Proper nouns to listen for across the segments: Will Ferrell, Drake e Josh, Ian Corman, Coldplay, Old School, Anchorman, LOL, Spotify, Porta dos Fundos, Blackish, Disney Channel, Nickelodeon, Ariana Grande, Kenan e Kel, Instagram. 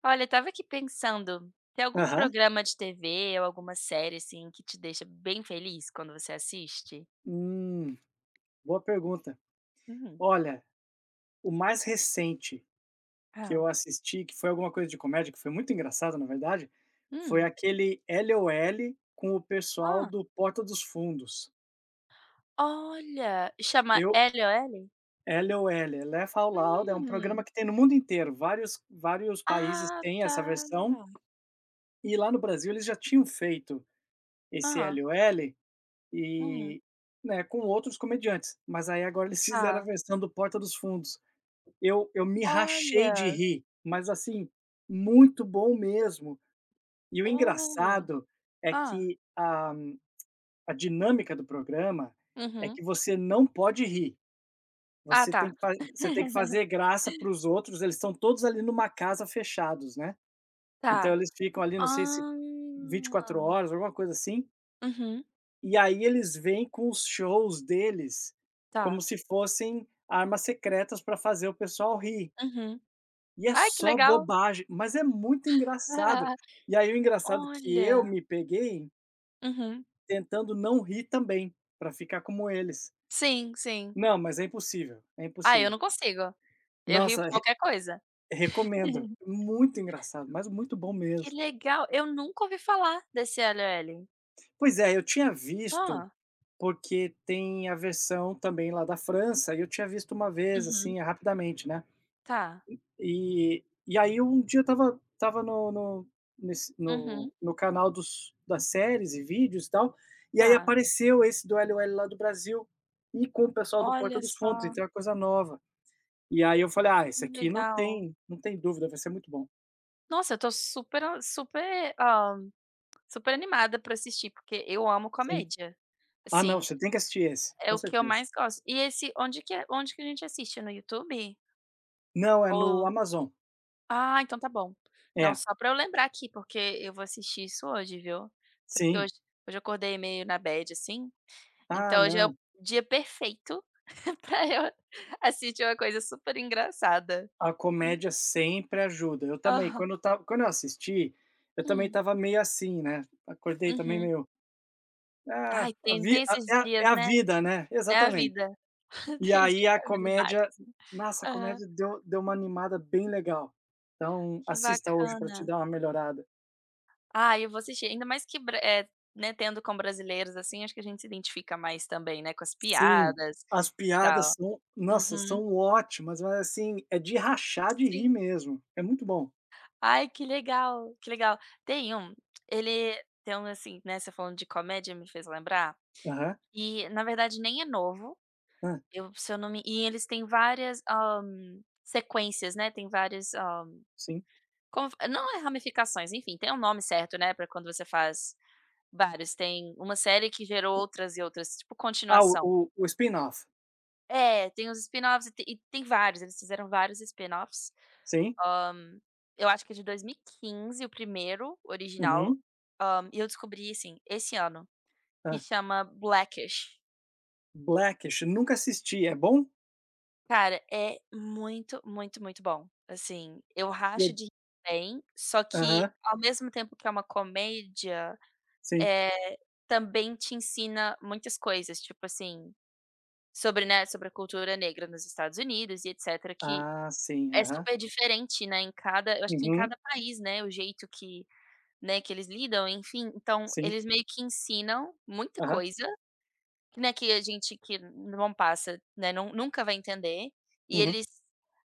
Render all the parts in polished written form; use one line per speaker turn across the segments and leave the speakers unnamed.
Olha, eu estava aqui pensando, tem algum
Aham.
programa de TV ou alguma série, assim, que te deixa bem feliz quando você assiste?
Hum, Boa pergunta.
Uhum.
Olha, o mais recente que
Ah.
eu assisti, que foi alguma coisa de comédia, que foi muito engraçado, na verdade, foi
Hum.
aquele LOL com o pessoal
Ah,
do Porta dos Fundos.
olha, chama
Eu
L LOL?
LOL, Laugh Out Loud, é um
Hum.
programa que tem no mundo inteiro, vários países
Ah,
têm
tá.
essa versão, e lá no Brasil eles já tinham feito esse
Ah.
LOL
Hum,
e, né, com outros comediantes, mas aí agora eles fizeram a
tá.
versão do Porta dos Fundos. Eu me rachei de
Olha.
rir, mas assim, muito bom mesmo. E o
Oh.
engraçado é
Hã.
que a dinâmica do programa é
Uhum.
que você não pode rir,
Ah,
você
tá.
tem que fa você tem que fazer graça para os outros, eles estão todos ali numa casa fechados, né. Então
Tá.
eles ficam ali, não sei se
Ah.
24 horas, alguma coisa assim,
Uhum.
e aí eles vêm com os shows deles como
Tá.
se fossem armas secretas para fazer o pessoal rir.
Uhum.
E é
Ai, que
só
legal.
bobagem, mas é muito engraçado. E aí o engraçado é que eu
Olha.
me peguei
Uhum.
tentando não rir também, pra ficar como eles.
Sim, sim.
Não, mas é impossível, é
Ah, eu
impossível.
não consigo. Eu rio por
Nossa, re
qualquer coisa.
recomendo. Muito engraçado, mas muito bom
Que
mesmo.
legal, eu nunca ouvi falar desse L
Pois é, eu tinha visto,
Hã.
porque tem a versão também lá da França, e eu tinha visto uma vez,
Uhum.
assim, rapidamente, né.
Tá.
E aí um dia eu tava estava no nesse
Uhum.
no canal dos das séries e vídeos e tal, e aí
Tá.
apareceu esse do LOL lá do Brasil, e com o pessoal do Porta
Olha
dos Fundos,
só,
então é coisa nova. E aí eu falei: "Ah, esse
que
aqui
legal.
não tem dúvida, vai ser muito bom".
Nossa, eu tô super a super, hã, super animada pra assistir, porque eu amo
Sim.
comédia.
"Ah não,
Assim,
você tem que assistir esse,
é
com
o que eu
certeza".
mais gosto. E esse onde que a gente assiste? No YouTube?
"Não, é no
Ou
Amazon".
Ah, então tá bom. Não,
É.
só pra eu lembrar aqui, porque eu vou assistir isso hoje, viu. Até porque
Sim.
hoje eu acordei meio na bad, assim,
"Ah
então hoje é o
não,
dia perfeito pra eu assistir uma coisa super engraçada.
a comédia sempre ajuda". Eu também,
Aham.
quando eu assisti, eu também
Hum,
tava meio assim, né, acordei também
uhum.
meio. Ah,
Ai,
a
tem
vi
tem
a
esses
é
dias,
a
né,
vida, né,
é a
exatamente.
vida.
E
Tem dia
aí
que
a
a vida bate,
comédia,
assim.
nossa, a
Aham.
comédia deu uma animada bem legal. Então,
Que
assista hoje para te
bacana.
dar uma melhorada.
Ah, eu vou assistir, ainda mais que né, tendo com brasileiros, assim, acho que a gente se identifica mais também, né, com as
Sim,
piadas
as
e
piadas
tal.
são, nossa,
Uhum,
são ótimas, mas assim, é de rachar de rir
sim.
mesmo, é muito bom.
Ai, que legal, que legal. Tem um ele Tem um, assim, né, você falando de comédia me fez lembrar,
Aham.
e na verdade nem é novo,
Hã,
eu se eu não me e eles têm várias, sequências, né, tem várias
sim.
como não é ramificações, enfim, tem um nome certo, né, pra quando você faz vários. Tem uma série que gerou outras e outras, tipo
Ah, o o
continuação.
o spin-off.
É, tem os spin-offs e tem vários, eles fizeram vários spin-offs.
Sim.
Hã, eu acho que é de 2015 o primeiro, original,
Uhum.
e eu descobri, assim, esse ano, que
Hã.
chama Blackish.
Blackish, nunca assisti, é bom?
Cara, é muito, muito, muito bom. Assim, eu
E é-
racho de rir também, só que
aham,
ao mesmo tempo que é uma comédia,
sim.
eh, também te ensina muitas coisas, tipo assim, né, sobre a cultura negra nos Estados Unidos e etcétera, que
Ah, sim,
É
aham.
super diferente, né, em cada eu acho que em
Uhum,
cada país, né, o jeito que, né, que eles lidam, enfim, então
sim,
eles meio que ensinam muita
aham.
coisa, né, que a gente que não passa, né, nunca vai entender, e
Uhum.
eles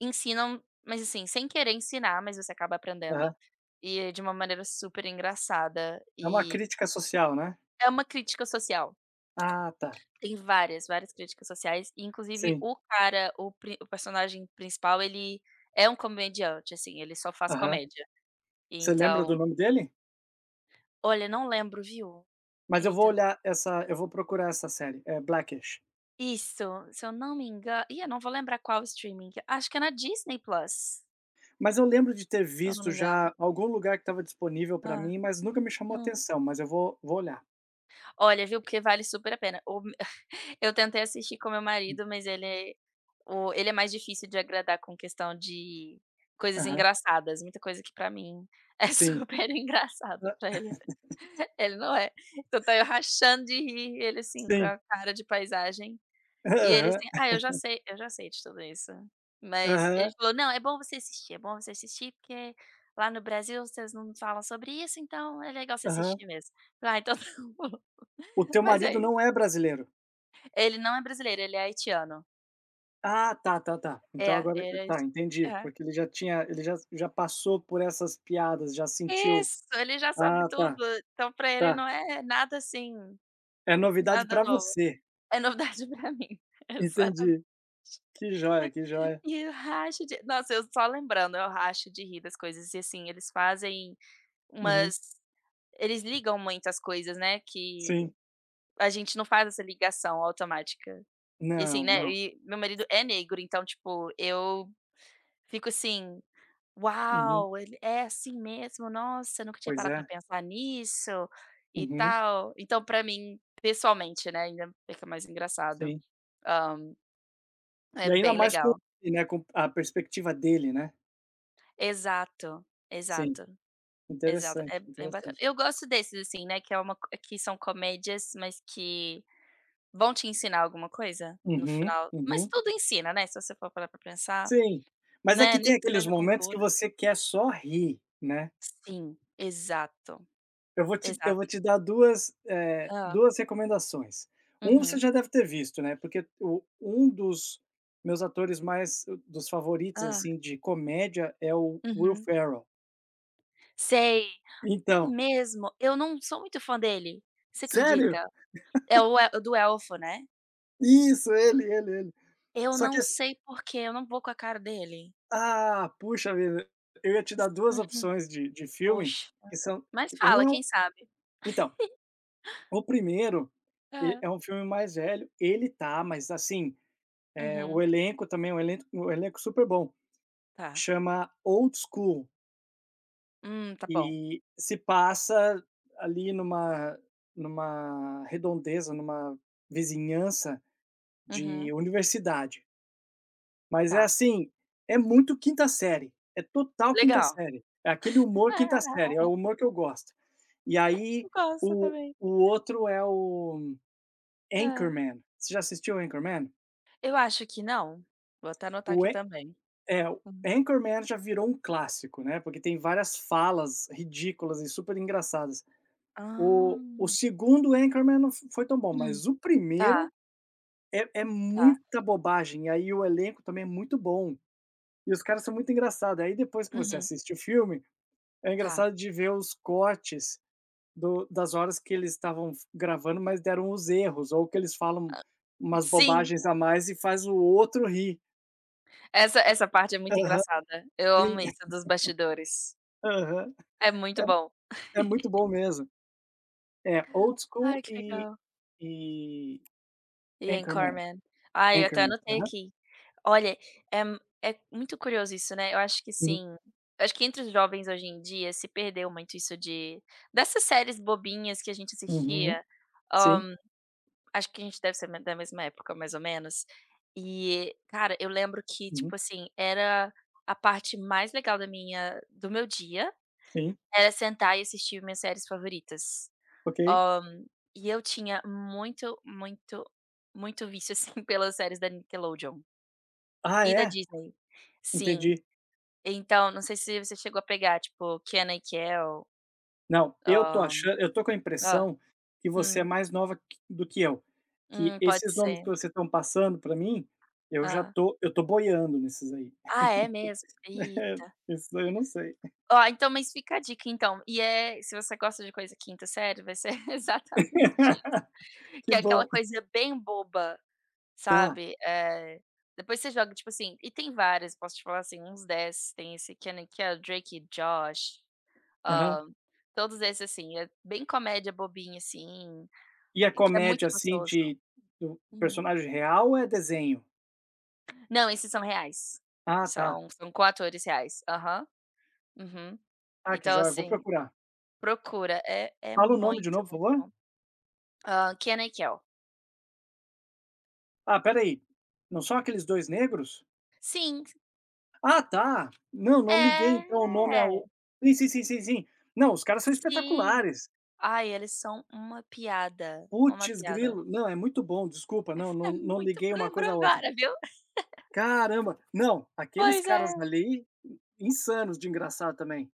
ensinam, mas assim, sem querer ensinar, mas você acaba aprendendo,
Aham.
e de uma maneira super engraçada,
É uma
e
crítica social, né?
é uma crítica social.
Ah, tá.
Tem várias, várias críticas sociais, e inclusive
Sim.
o cara, o personagem principal, ele é um comediante, assim, ele só faz
Aham.
comédia.
Você lembra do
Então
nome dele?
olha, não lembro, viu.
Mas eu vou
Eita.
olhar essa, eu vou procurar essa série, é Blackish.
Isso, se eu não me engano, eu não vou lembrar qual streaming, acho que é na Disney Plus,
Mas eu lembro de ter
se eu não
visto
me engano.
já algum lugar que estava disponível para
Hã.
mim, mas nunca me chamou
Hum.
atenção, mas eu vou olhar.
Olha, viu, porque vale super a pena. O Eu tentei assistir com meu marido, mas ele é mais difícil de agradar com questão de coisas
Aham.
engraçadas, muita coisa que pra mim é
Sim.
super engraçada pra
Hã.
ele, ele não é. Então tá eu rachando de rir, ele assim com
Sim.
a cara de paisagem. E ele assim:
Aham.
"Ah, eu já sei de tudo isso". Mas ele
Aham.
falou: "Não, é bom você assistir, é bom você assistir, porque lá no Brasil vocês não falam sobre isso, então é legal você
Aham.
assistir mesmo". Falei: "Ah, então tá bom".
O teu
Mas
marido
aí
não é brasileiro?
ele não é brasileiro, ele é haitiano.
Ah, tá, tá, tá. Então
É,
agora
ele é
tá,
haiti,
entendi,
é.
porque ele já tinha ele já já passou por essas piadas, já sentiu.
Isso, ele já sabe
Ah,
tudo,
tá,
então pra ele
tá.
não é nada assim,
É novidade
nada
pra
novo.
você.
É novidade pra mim. Exatamente.
Entendi. Que joia, que joia.
E eu racho de nossa, eu só lembrando, eu racho de rir das coisas e, assim, eles fazem
Uhum.
umas Eles ligam muito as coisas, né, que
Sim.
a gente não faz essa ligação automática. E assim,
Não,
né,
não.
e meu marido é negro, então, tipo, eu fico assim:
Uhum.
"Uau, ele é assim mesmo? Nossa, eu nunca tinha
Pois
parado pra
é.
pensar nisso", e
Uhum.
tal. Então pra mim, pessoalmente, né, ainda fica mais engraçado.
Sim.
Hã, é
E ainda
bem
mais com
legal.
ele, né, com a perspectiva dele, né.
Exato,
Sim.
exato, exato. É
Interessante,
bem bacana.
interessante.
Eu gosto desses, assim, né, que é uma co que são comédias, mas que Vão te ensinar alguma coisa no
Uhum,
final? Mas
uhum.
tudo ensina, né, se você for parar pra pensar,
Sim. Mas é
né,
que
nem
tem
que
aqueles
seja
momentos que
cultura.
você quer só rir, né.
Sim, exato,
Eu vou
exato.
te dar 2
Hã.
2 recomendações. Um você
Uhum.
já deve ter visto, né, porque o um dos meus atores mais dos favoritos,
Hã.
assim, de comédia é o Will
Uhum.
Ferrell.
Sei. É
Então
mesmo? Eu não sou muito fã dele, você
sério?
acredita? É o el do elfo, né?
Isso, ele, ele.
Eu
Só que
não
assi
sei por quê, eu não vou com a cara dele.
ah, puxa vida, eu ia te dar duas
Uhum.
opções de filme,
Poxa.
que são
Mas
que um
fala,
é um
quem sabe.
então, o primeiro e
Hã.
é um filme mais velho, ele tá, mas assim, o
Uhum.
elenco também, um elenco super bom.
Tá.
Chama Old School
Tá bom.
e se passa ali numa redondeza, numa vizinhança
Uhum.
de universidade. Mas é
Tá.
assim, é muito quinta série, é total quinta
Legal.
série, é aquele humor quinta
É,
série, é o humor que eu gosto. E
eu
aí
gosto
o
também.
outro é o
É,
Anchorman. Você já assistiu Anchorman?
eu acho que não. Vou até anotar
O
aqui
An
também.
é, o
Hum.
Anchorman já virou um clássico, né, porque tem várias falas ridículas e super engraçadas.
Ah,
O segundo Anchorman não fo foi tão bom,
hum,
mas o
tá,
primeiro é
tá,
muita bobagem, e aí o elenco também é muito bom, e os caras são muito engraçados, aí depois que você
uhum,
assiste o filme, é
tá.
engraçado de ver os cortes do das horas que eles estavam f gravando, mas deram os erros, ou que eles falam umas
Sim,
bobagens a mais e faz o outro rir.
essa parte é muito
Aham,
engraçada. Eu amo
sim,
isso dos bastidores.
aham.
É muito bom.
É muito bom mesmo. É Old
Ai,
School
que legal.
e
Ian
Anchorman,
Corman. Ai, eu até
Anchorman.
anotei
Aham.
aqui. Olha, é m é muito curioso isso, né, eu acho que
Uhum.
sim, eu acho que entre os jovens hoje em dia se perdeu muito isso de dessas séries bobinhas que a gente
Uhum.
assistia,
Sim.
hã Acho que a gente deve ser me da mesma época, mais ou menos. E, cara, eu lembro que, tipo
Uhum.
assim, era a parte mais legal da minha do meu dia,
Sim,
era sentar e assistir minhas séries favoritas.
ok.
Hã, e eu tinha muito, muito, muito vício, assim, pelas séries da Nickelodeon
Ah,
e da
é?
Disney. Sim.
Entendi.
Então, não sei se você chegou a pegar, tipo, Kenan e Kel,
Não, eu tô
hã
achando, eu tô com a
hã.
impressão que você é
Hum,
mais nova q do que eu, que
pode
esses nomes
ser.
que vocês estão passando pra mim, eu já
Hã.
tô eu tô boiando nesses aí.
Ah, é mesmo? Ih,
Isso daí eu não sei.
Ó, então, mas fica a dica então, se você gosta de coisa quinta série, vai ser exatamente isso. que
Que
é aquela
bom.
coisa bem boba,
Tá.
sabe, depois você joga, tipo assim e tem várias, posso te falar assim, uns 10 tem esse Kenan que é o Drake e Josh,
Aham.
hã, todos esses assim, é bem comédia bobinha, assim,
E a
que é muito
comédia, assim,
gostoso.
de do
Uhum.
personagem real ou é desenho?
Não, esses são reais,
Ah, tá.
são com atores reais. Aham, uhum.
Ah, que
Então,
joia, vou
assim,
procurar.
procura, é
Fala o nome de
muito,
novo, por
muito
favor?
bom. Kenan e Kel.
Ah, espera aí. Não são aqueles 2 negros?
Sim,
Ah, tá. Não, não liguei então o nome ao
é,
sim, sim, sim, sim, sim. Não, os caras são
sim.
espetaculares.
Ai, eles são uma piada, uma
Putz
piada.
grilo. Não, é muito bom, desculpa,
É
não
muito
liguei uma
lembrou
coisa a outra.
agora, viu.
Caramba. Não, aqueles
Pois
caras
é,
ali, insanos de engraçado também.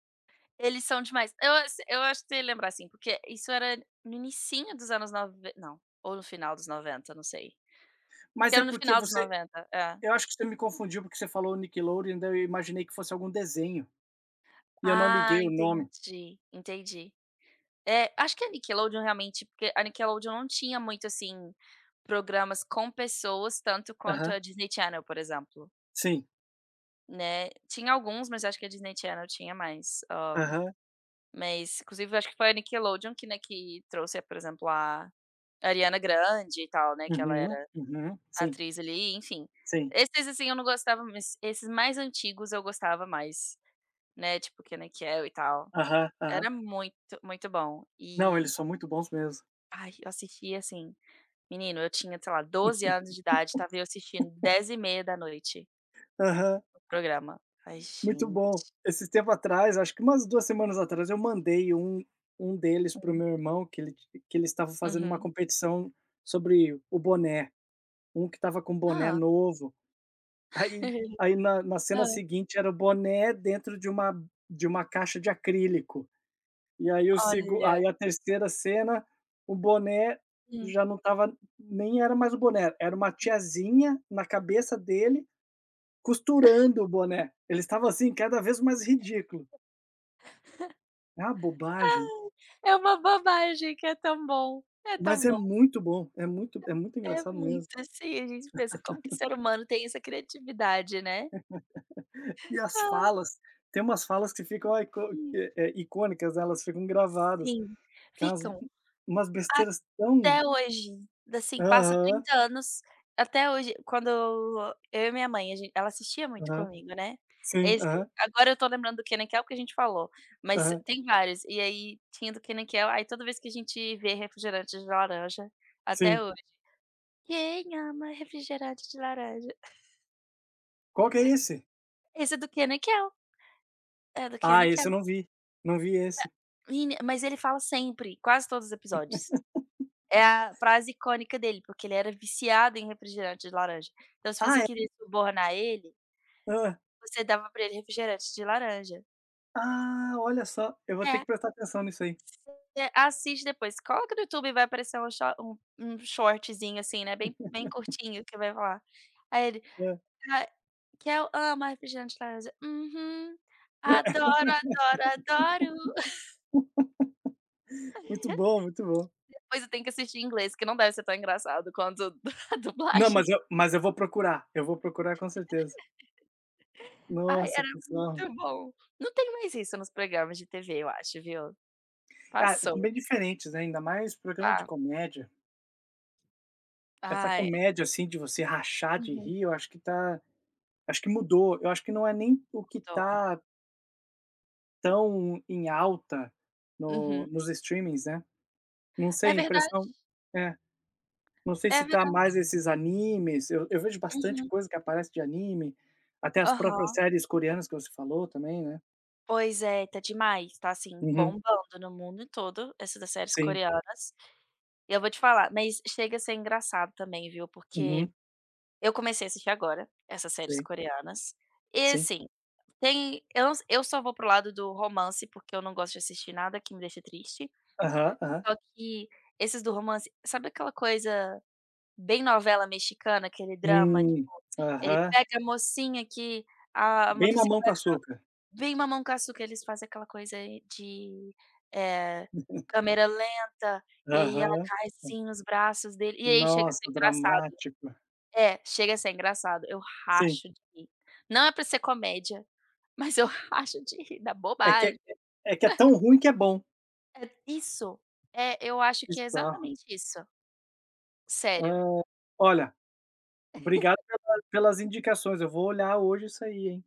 eles são demais. Eu acho que você ia lembrar assim, porque isso era no inicinho dos anos nove não, ou no final dos 90, não sei. Acho que
Mas é
era no
porque
final dos
você
noventa. É.
eu acho que você me confundiu, porque você falou Nickelodeon, daí eu imaginei que fosse algum desenho, e eu não
Ah,
liguei o nome.
entendi, entendi. É, acho que a Nickelodeon realmente porque a Nickelodeon não tinha muito, assim, programas com pessoas tanto quanto
Aham.
a Disney Channel, por exemplo,
Sim.
né. Tinha alguns, mas acho que a Disney Channel tinha mais,
Aham.
mas inclusive acho que foi a Nickelodeon que, né, que trouxe, por exemplo, a Ariana Grande e tal, né, que ela
Uhum,
era
uhum. Sim,
atriz ali, enfim.
sim.
Esses, assim, eu não gostava, mas esses mais antigos eu gostava mais, né, tipo que e Kel e tal.
Aham, aham.
Era muito, muito bom.
Não,
E,
eles são muito bons mesmo.
ai, eu assistia, assim, Menino, eu tinha, sei lá, 12 anos de idade, estava eu assistindo 10h30 da noite
Aham.
o programa. Ai,
Muito
gente.
bom. Esse tempo atrás, acho que umas 2 semanas atrás, eu mandei um um deles para o
Hum.
meu irmão que ele estava fazendo uma
Uhum.
competição sobre o boné, um que estava com boné
Hã.
novo, aí aí na cena
Hã.
seguinte era o boné dentro de uma caixa de acrílico, e aí o segu
Olha.
aí a terceira cena, o boné
Hum.
já não estava nem era mais o boné, era uma tiazinha na cabeça dele, costurando o boné. Ele estava assim, cada vez mais ridículo. É uma bobagem,
É uma bobagem que é tão bom, é tão
mas é
bom.
muito bom, é muito
É
engraçado mesmo.
muito assim, a gente pensa: "Como que o ser humano tem essa criatividade, né?"
E as
Ah.
falas, tem umas falas que ficam ico
Hum.
que é icônicas, elas ficam gravadas,
Sim.
que é
Ficam
umas besteiras tão
Até hoje, assim, passa
aham,
30 anos, até hoje, quando eu e minha mãe, a gen ela assistia muito
aham,
comigo, né.
sim,
Esse
aham,
agora eu tô lembrando do Kenan Kel, porque a gente falou, mas
aham,
tem vários. E aí tinha do Kenan Kel, aí toda vez que a gente vê refrigerante de laranja, até
sim.
hoje: "Quem ama refrigerante de laranja?".
"Qual que é esse?"
Esse é do Kenan Kel, é do
"Ah,
Kenan
esse
Kel.
eu não vi, não vi esse."
Meni mas ele fala sempre, quase todos os episódios. É a frase icônica dele, porque ele era viciado em refrigerante de laranja. Então se
"Ah,
você
é?
queria subornar ele
Hã?
Você dava pra ele refrigerante de laranja.
Ah, olha só, eu vou ter
É.
que prestar atenção nisso aí."
Você assiste depois, coloca no YouTube, e vai aparecer um shor um um shortzinho, assim, né, bem curtinho que vai falar. Aí ele:
É,
"Ah, que eu amo refrigerante de laranja". "Uhum. Adoro, adoro, adoro".
muito bom, muito bom.
Pois eu tenho que assistir em inglês, que não deve ser tão engraçado quanto a
Não,
dublagem.
mas eu vou procurar com certeza.
Ai,
Nossa,
era
que só.
muito bom. Não tem mais isso nos programas de TV, eu acho, viu.
Ah, são
Passou,
bem diferentes, né, ainda mais programa de
tá.
comédia. Essa
Ai,
comédia, assim, de você rachar de
uhum,
rir, eu acho que acho que mudou. Eu acho que não é nem o que
mudou.
tá tão em alta
Uhum.
no nos streamings, né. Não sei,
É verdade,
impressão é, não sei
é
se tá
verdade.
mais esses animes, eu vejo bastante
Uhum.
coisa que aparece de anime, até as próprias
Aham.
séries coreanas que você falou também, né.
Pois é, tá demais, tá assim
Uhum.
bombando no mundo todo essas das séries
Sim.
coreanas. E eu vou te falar, mas chega a ser engraçado também, viu, porque
Uhum.
eu comecei a assistir agora essas séries
Sim,
coreanas e
sim.
assim, tem eu não eu só vou pro lado do romance, porque eu não gosto de assistir nada que me deixa triste,
Aham, aham.
só que esses do romance sabe aquela coisa bem novela mexicana, aquele drama,
Hum.
tipo, ele
Aham.
pega a mocinha que a
Bem
motociclista
Mamão com Açúcar.
Vem Mamão com Açúcar, eles fazem aquela coisa de, eh, câmera lenta, e aí ela
Aham.
cai assim nos braços dele, e aí chega a ser
Nossa,
engraçado.
dramático.
É, chega a ser engraçado, eu
Sim,
racho de rir. Não é pra ser comédia, mas eu racho de rir da
é que é
bobagem.
é que é tão ruim que é bom.
É isso, é, eu acho que é
Bizarro.
exatamente isso, sério.
Hã, olha, obrigado pelas indicações, eu vou olhar hoje isso aí, hein.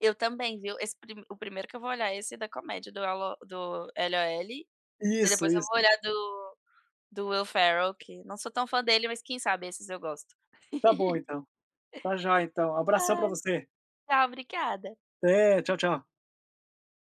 Eu também, viu, esse primeiro que eu vou olhar é esse da comédia do LO do LOL, e
Isso,
depois eu vou
isso.
olhar do Will Ferrell, que não sou tão fã dele, mas quem sabe esses eu gosto.
Tá bom então. Tá já então. Abração pra
Ai,
você.
tchau, obrigada.
Até, tchau, tchau.